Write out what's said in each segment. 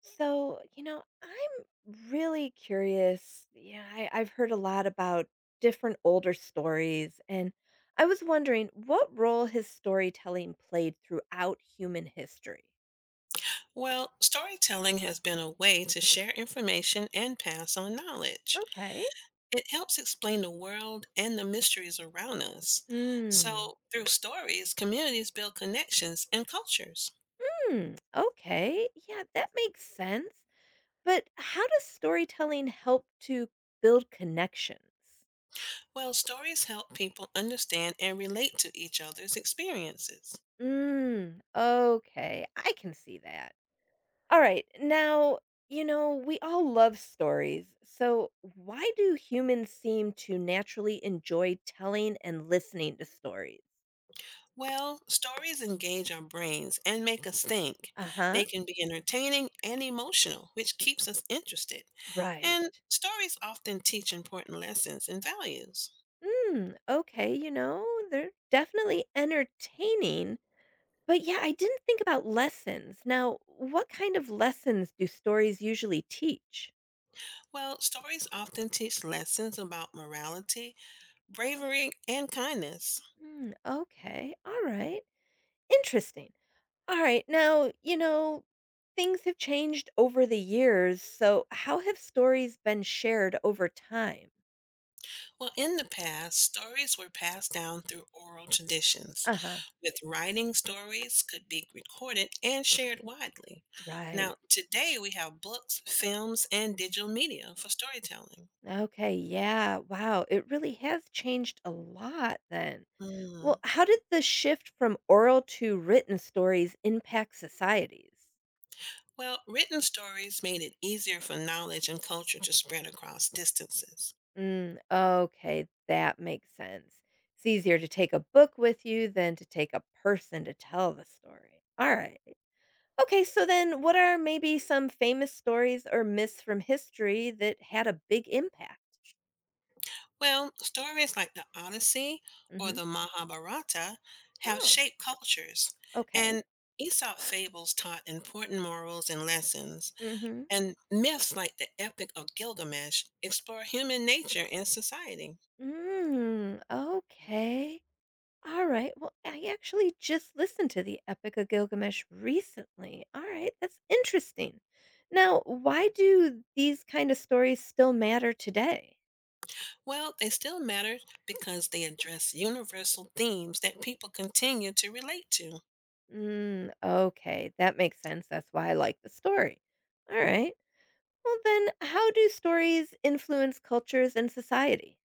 So, I'm really curious. Yeah, I've heard a lot about different older stories, and I was wondering what role has storytelling played throughout human history? Well, storytelling has been a way to share information and pass on knowledge. Okay. It helps explain the world and the mysteries around us. Mm. So, through stories, communities build connections and cultures. Hmm. Okay. Yeah, that makes sense. But how does storytelling help to build connections? Well, stories help people understand and relate to each other's experiences. Mm. Okay. I can see that. All right. Now, we all love stories. So, why do humans seem to naturally enjoy telling and listening to stories? Well, stories engage our brains and make us think. Uh huh. They can be entertaining and emotional, which keeps us interested. Right. And stories often teach important lessons and values. Mm, okay. They're definitely entertaining. But yeah, I didn't think about lessons. Now, what kind of lessons do stories usually teach? Well, stories often teach lessons about morality, bravery, and kindness. Mm, okay. All right. Interesting. All right. Now, things have changed over the years. So, how have stories been shared over time? Well, in the past, stories were passed down through oral traditions, Uh huh. with writing stories could be recorded and shared widely. Right. Now, today we have books, films, and digital media for storytelling. Okay. Yeah. Wow. It really has changed a lot then. Mm. Well, how did the shift from oral to written stories impact societies? Well, written stories made it easier for knowledge and culture to spread across distances. Mm, okay. That makes sense. It's easier to take a book with you than to take a person to tell the story. All right. Okay, so then what are maybe some famous stories or myths from history that had a big impact? Well, stories like the Odyssey or Mhm. the Mahabharata have Oh, shaped cultures, okay. and Aesop fables taught important morals and lessons, Mhm. and myths like the Epic of Gilgamesh explore human nature and society. Mm, okay. All right. Well, I actually just listened to the Epic of Gilgamesh recently. All right, that's interesting. Now, why do these kind of stories still matter today? Well, they still matter because they address universal themes that people continue to relate to. Mm, okay, that makes sense. That's why I like the story. All right. Well, then, how do stories influence cultures and society?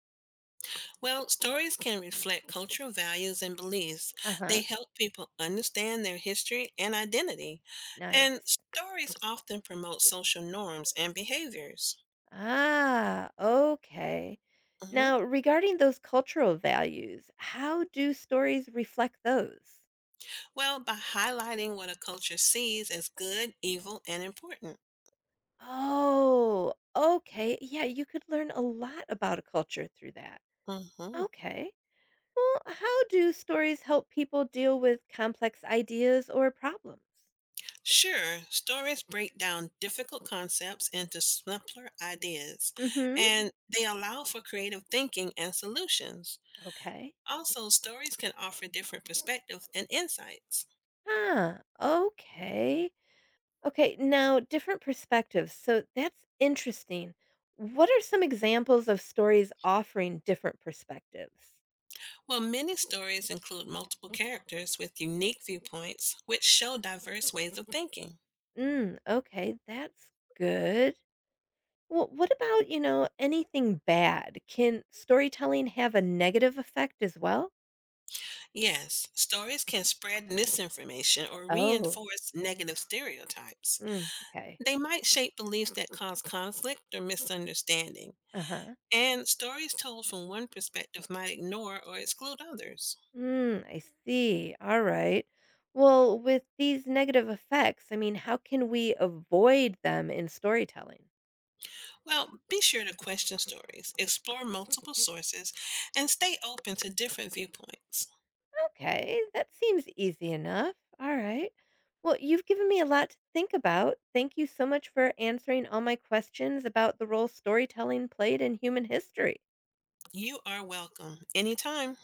Well, stories can reflect cultural values and beliefs. Uh huh. They help people understand their history and identity. And Nice. stories often promote social norms and behaviors. Ah, okay. Mhm. Now, regarding those cultural values, how do stories reflect those? Well, by highlighting what a culture sees as good, evil, and important. Oh, okay. Yeah, you could learn a lot about a culture through that. Mhm. Okay. Well, how do stories help people deal with complex ideas or problems? Sure, stories break down difficult concepts into simpler ideas, Mm hmm. and they allow for creative thinking and solutions. Okay. Also, stories can offer different perspectives and insights. Ah, okay. Okay, now different perspectives. So that's interesting. What are some examples of stories offering different perspectives? Well, many stories include multiple characters with unique viewpoints, which show diverse ways of thinking. Mm, okay, that's good. Well, what about, anything bad? Can storytelling have a negative effect as well? Yes, stories can spread misinformation or Oh, reinforce negative stereotypes. mm, okay. They might shape beliefs that cause conflict or misunderstanding. Uh huh. And stories told from one perspective might ignore or exclude others. Mm, I see. All right. Well, with these negative effects, I mean, how can we avoid them in storytelling? Well, be sure to question stories, explore multiple sources, and stay open to different viewpoints. Okay, that seems easy enough. All right. Well, you've given me a lot to think about. Thank you so much for answering all my questions about the role storytelling played in human history. You are welcome anytime.